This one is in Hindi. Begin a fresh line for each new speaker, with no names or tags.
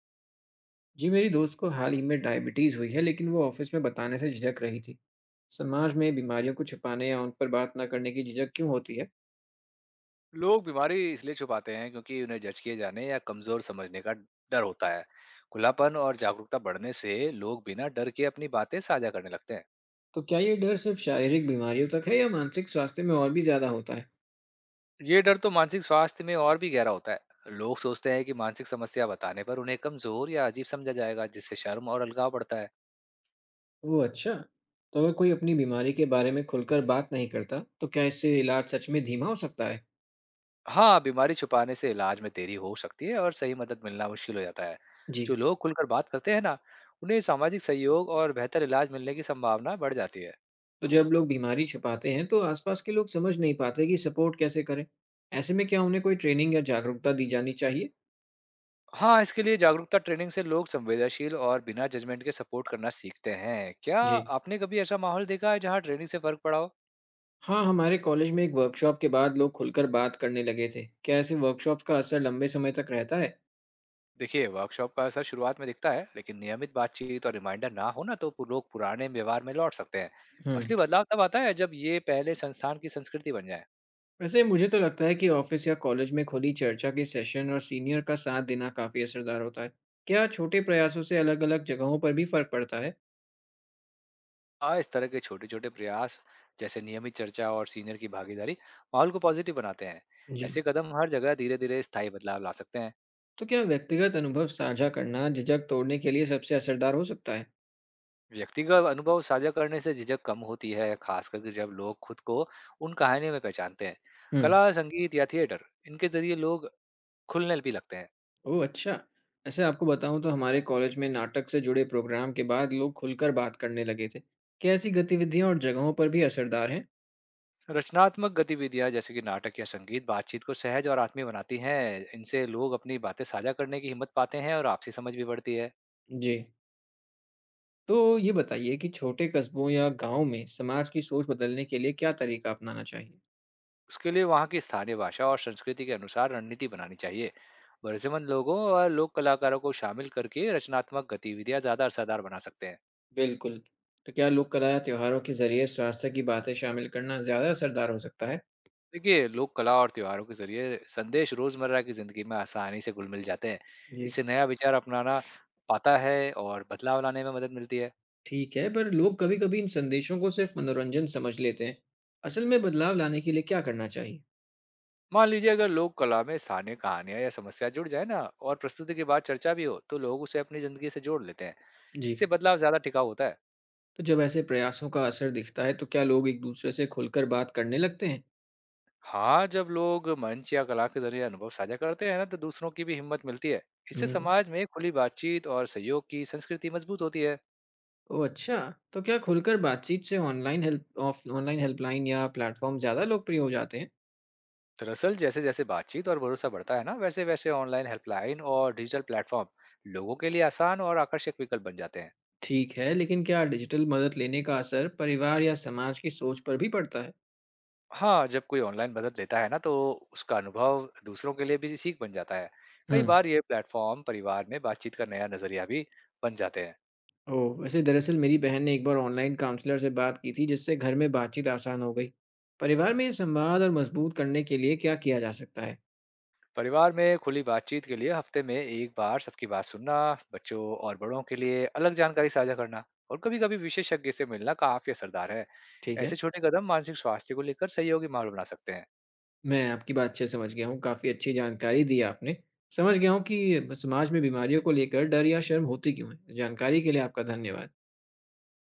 जी, मेरी दोस्त को हाल ही में डायबिटीज़ हुई है, लेकिन वो ऑफिस में बताने से झिझक रही थी। समाज में बीमारियों को छिपाने या उन पर बात ना करने की झिझक क्यों होती है?
लोग बीमारी इसलिए छुपाते हैं क्योंकि उन्हें जज किए जाने या कमजोर समझने का डर होता है। खुलापन और जागरूकता बढ़ने से लोग बिना डर के अपनी बातें साझा करने लगते हैं।
तो क्या ये डर सिर्फ शारीरिक बीमारियों तक है या मानसिक स्वास्थ्य में और भी ज़्यादा होता है?
ये डर तो मानसिक स्वास्थ्य में और भी गहरा होता है। लोग सोचते हैं कि मानसिक समस्या बताने पर उन्हें कमजोर या अजीब समझा जाएगा, जिससे शर्म और अलगाव बढ़ता है।
ओह अच्छा। तो अगर कोई अपनी बीमारी के बारे में खुलकर बात नहीं करता, तो क्या इससे इलाज सच में धीमा हो सकता है?
हाँ, बीमारी छुपाने से इलाज में देरी हो सकती है और सही मदद मिलना मुश्किल हो जाता है।
जी।
जो लोग खुलकर बात करते हैं ना, उन्हें सामाजिक सहयोग और बेहतर इलाज मिलने की संभावना बढ़ जाती है।
तो जब लोग बीमारी छिपाते हैं तो आसपास के लोग समझ नहीं पाते कि सपोर्ट कैसे करें। ऐसे में क्या उन्हें कोई ट्रेनिंग या जागरूकता दी जानी चाहिए?
हाँ, इसके लिए जागरूकता ट्रेनिंग से लोग संवेदनशील और बिना जजमेंट के सपोर्ट करना सीखते हैं। क्या
जी।
आपने कभी ऐसा माहौल देखा है जहाँ ट्रेनिंग से फर्क पड़ा हो?
हाँ, हमारे कॉलेज में एक वर्कशॉप के बाद लोग खुलकर बात करने लगे थे। क्या ऐसे वर्कशॉप्स का असर लंबे समय तक रहता है?
देखिए, वर्कशॉप का असर शुरुआत में दिखता है, लेकिन नियमित बातचीत और रिमाइंडर ना हो ना तो लोग पुराने व्यवहार में लौट सकते हैं।
हम्म।
असली बदलाव तब आता है जब ये पहले संस्थान की संस्कृति बन जाए।
वैसे मुझे तो लगता है कि ऑफिस या कॉलेज में खुली चर्चा के सेशन और सीनियर का साथ देना काफी असरदार होता है। क्या छोटे प्रयासों से अलग-अलग जगहों पर भी फर्क पड़ता है?
हाँ, इस तरह के छोटे-छोटे प्रयास, जैसे नियमित चर्चा और सीनियर की भागीदारी, माहौल को पॉजिटिव बनाते हैं।
जी।
ऐसे कदम हर जगह धीरे-धीरे स्थायी बदलाव ला सकते हैं।
तो क्या व्यक्तिगत अनुभव साझा करना झिझक तोड़ने के लिए सबसे असरदार हो सकता है?
व्यक्तिगत अनुभव साझा करने से झिझक कम होती है, खास करके जब लोग खुद को उन कहानियों में पहचानते हैं।
हम्म।
कला, संगीत या थिएटर, इनके जरिए लोग खुलने भी लगते हैं।
ओह अच्छा। ऐसे आपको बताऊं तो हमारे कॉलेज में नाटक से जुड़े प्रोग्राम के बाद लोग खुलकर बात करने लगे थे। क्या ऐसी गतिविधियां और जगहों पर भी असरदार हैं?
रचनात्मक गतिविधियां जैसे कि नाटक या संगीत बातचीत को सहज और आत्मीय बनाती हैं। इनसे लोग अपनी बातें साझा करने की हिम्मत पाते हैं और आपसी समझ भी बढ़ती है।
जी। तो ये बताइए कि छोटे कस्बों या गाँव में समाज की सोच बदलने के लिए क्या तरीका अपनाना चाहिए?
उसके लिए वहाँ की स्थानीय भाषा और संस्कृति के अनुसार रणनीति बनानी चाहिए। भरोसेमंद लोगों और लोक कलाकारों को शामिल करके रचनात्मक गतिविधियां ज्यादा असरदार बना सकते हैं।
बिल्कुल। तो क्या लोक कला या त्योहारों के जरिए स्वास्थ्य की बातें शामिल करना ज़्यादा असरदार हो सकता है?
देखिए, लोक कला और त्योहारों के जरिए संदेश रोजमर्रा की जिंदगी में आसानी से घुल मिल जाते हैं।
जी।
इससे नया विचार अपनाना पाता है और बदलाव लाने में मदद मिलती है।
ठीक है, पर लोग कभी-कभी इन संदेशों को सिर्फ मनोरंजन समझ लेते हैं। असल में बदलाव लाने के लिए क्या करना चाहिए?
मान लीजिए, अगर लोक कला में स्थानीय कहानियां या समस्या जुड़ जाए ना और प्रस्तुति के बाद चर्चा भी हो, तो लोग उसे अपनी जिंदगी से जोड़ लेते हैं।
जी।
इससे बदलाव ज्यादा टिकाऊ होता है।
तो जब ऐसे प्रयासों का असर दिखता है, तो क्या लोग एक दूसरे से खुलकर बात करने लगते हैं?
हाँ, जब लोग मंच या कला के जरिए अनुभव साझा करते हैं ना, तो दूसरों की भी हिम्मत मिलती है। इससे
हम्म।
समाज में खुली बातचीत और सहयोग की संस्कृति मजबूत होती है।
ओह अच्छा! तो क्या खुलकर बातचीत से online help of online helpline या प्लेटफ़ॉर्म ज़्यादा लोकप्रिय हो जाते हैं?
दरअसल, जैसे जैसे बातचीत और भरोसा बढ़ता है ना, वैसे वैसे ऑनलाइन हेल्पलाइन और डिजिटल प्लेटफॉर्म लोगों के लिए आसान और आकर्षक विकल्प बन जाते हैं।
ठीक है, लेकिन क्या डिजिटल मदद लेने का असर परिवार या समाज की सोच पर भी पड़ता है?
हाँ, जब कोई ऑनलाइन मदद लेता है ना, तो उसका अनुभव दूसरों के लिए भी सीख बन जाता है। कई
हम्म।
बार ये प्लेटफॉर्म परिवार में बातचीत का नया नजरिया भी बन जाते हैं।
ओह! वैसे दरअसल मेरी बहन ने एक बार ऑनलाइन काउंसलर से बात की थी, जिससे घर में बातचीत आसान हो गई। परिवार में ये संवाद और मजबूत करने के लिए क्या किया जा सकता है?
परिवार में खुली बातचीत के लिए हफ्ते में एक बार सबकी बात सुनना, बच्चों और बड़ों के लिए अलग जानकारी साझा करना, और कभी कभी विशेषज्ञ से मिलना काफी असरदार है।
ठीक
ऐसे
है,
छोटे कदम मानसिक स्वास्थ्य को लेकर सहयोगी माहौल बना सकते हैं।
मैं आपकी बात अच्छे से समझ गया हूँ। काफ़ी अच्छी जानकारी दी आपने। समझ गया हूँ कि समाज में बीमारियों को लेकर डर या शर्म होती क्यों है। जानकारी के लिए आपका धन्यवाद।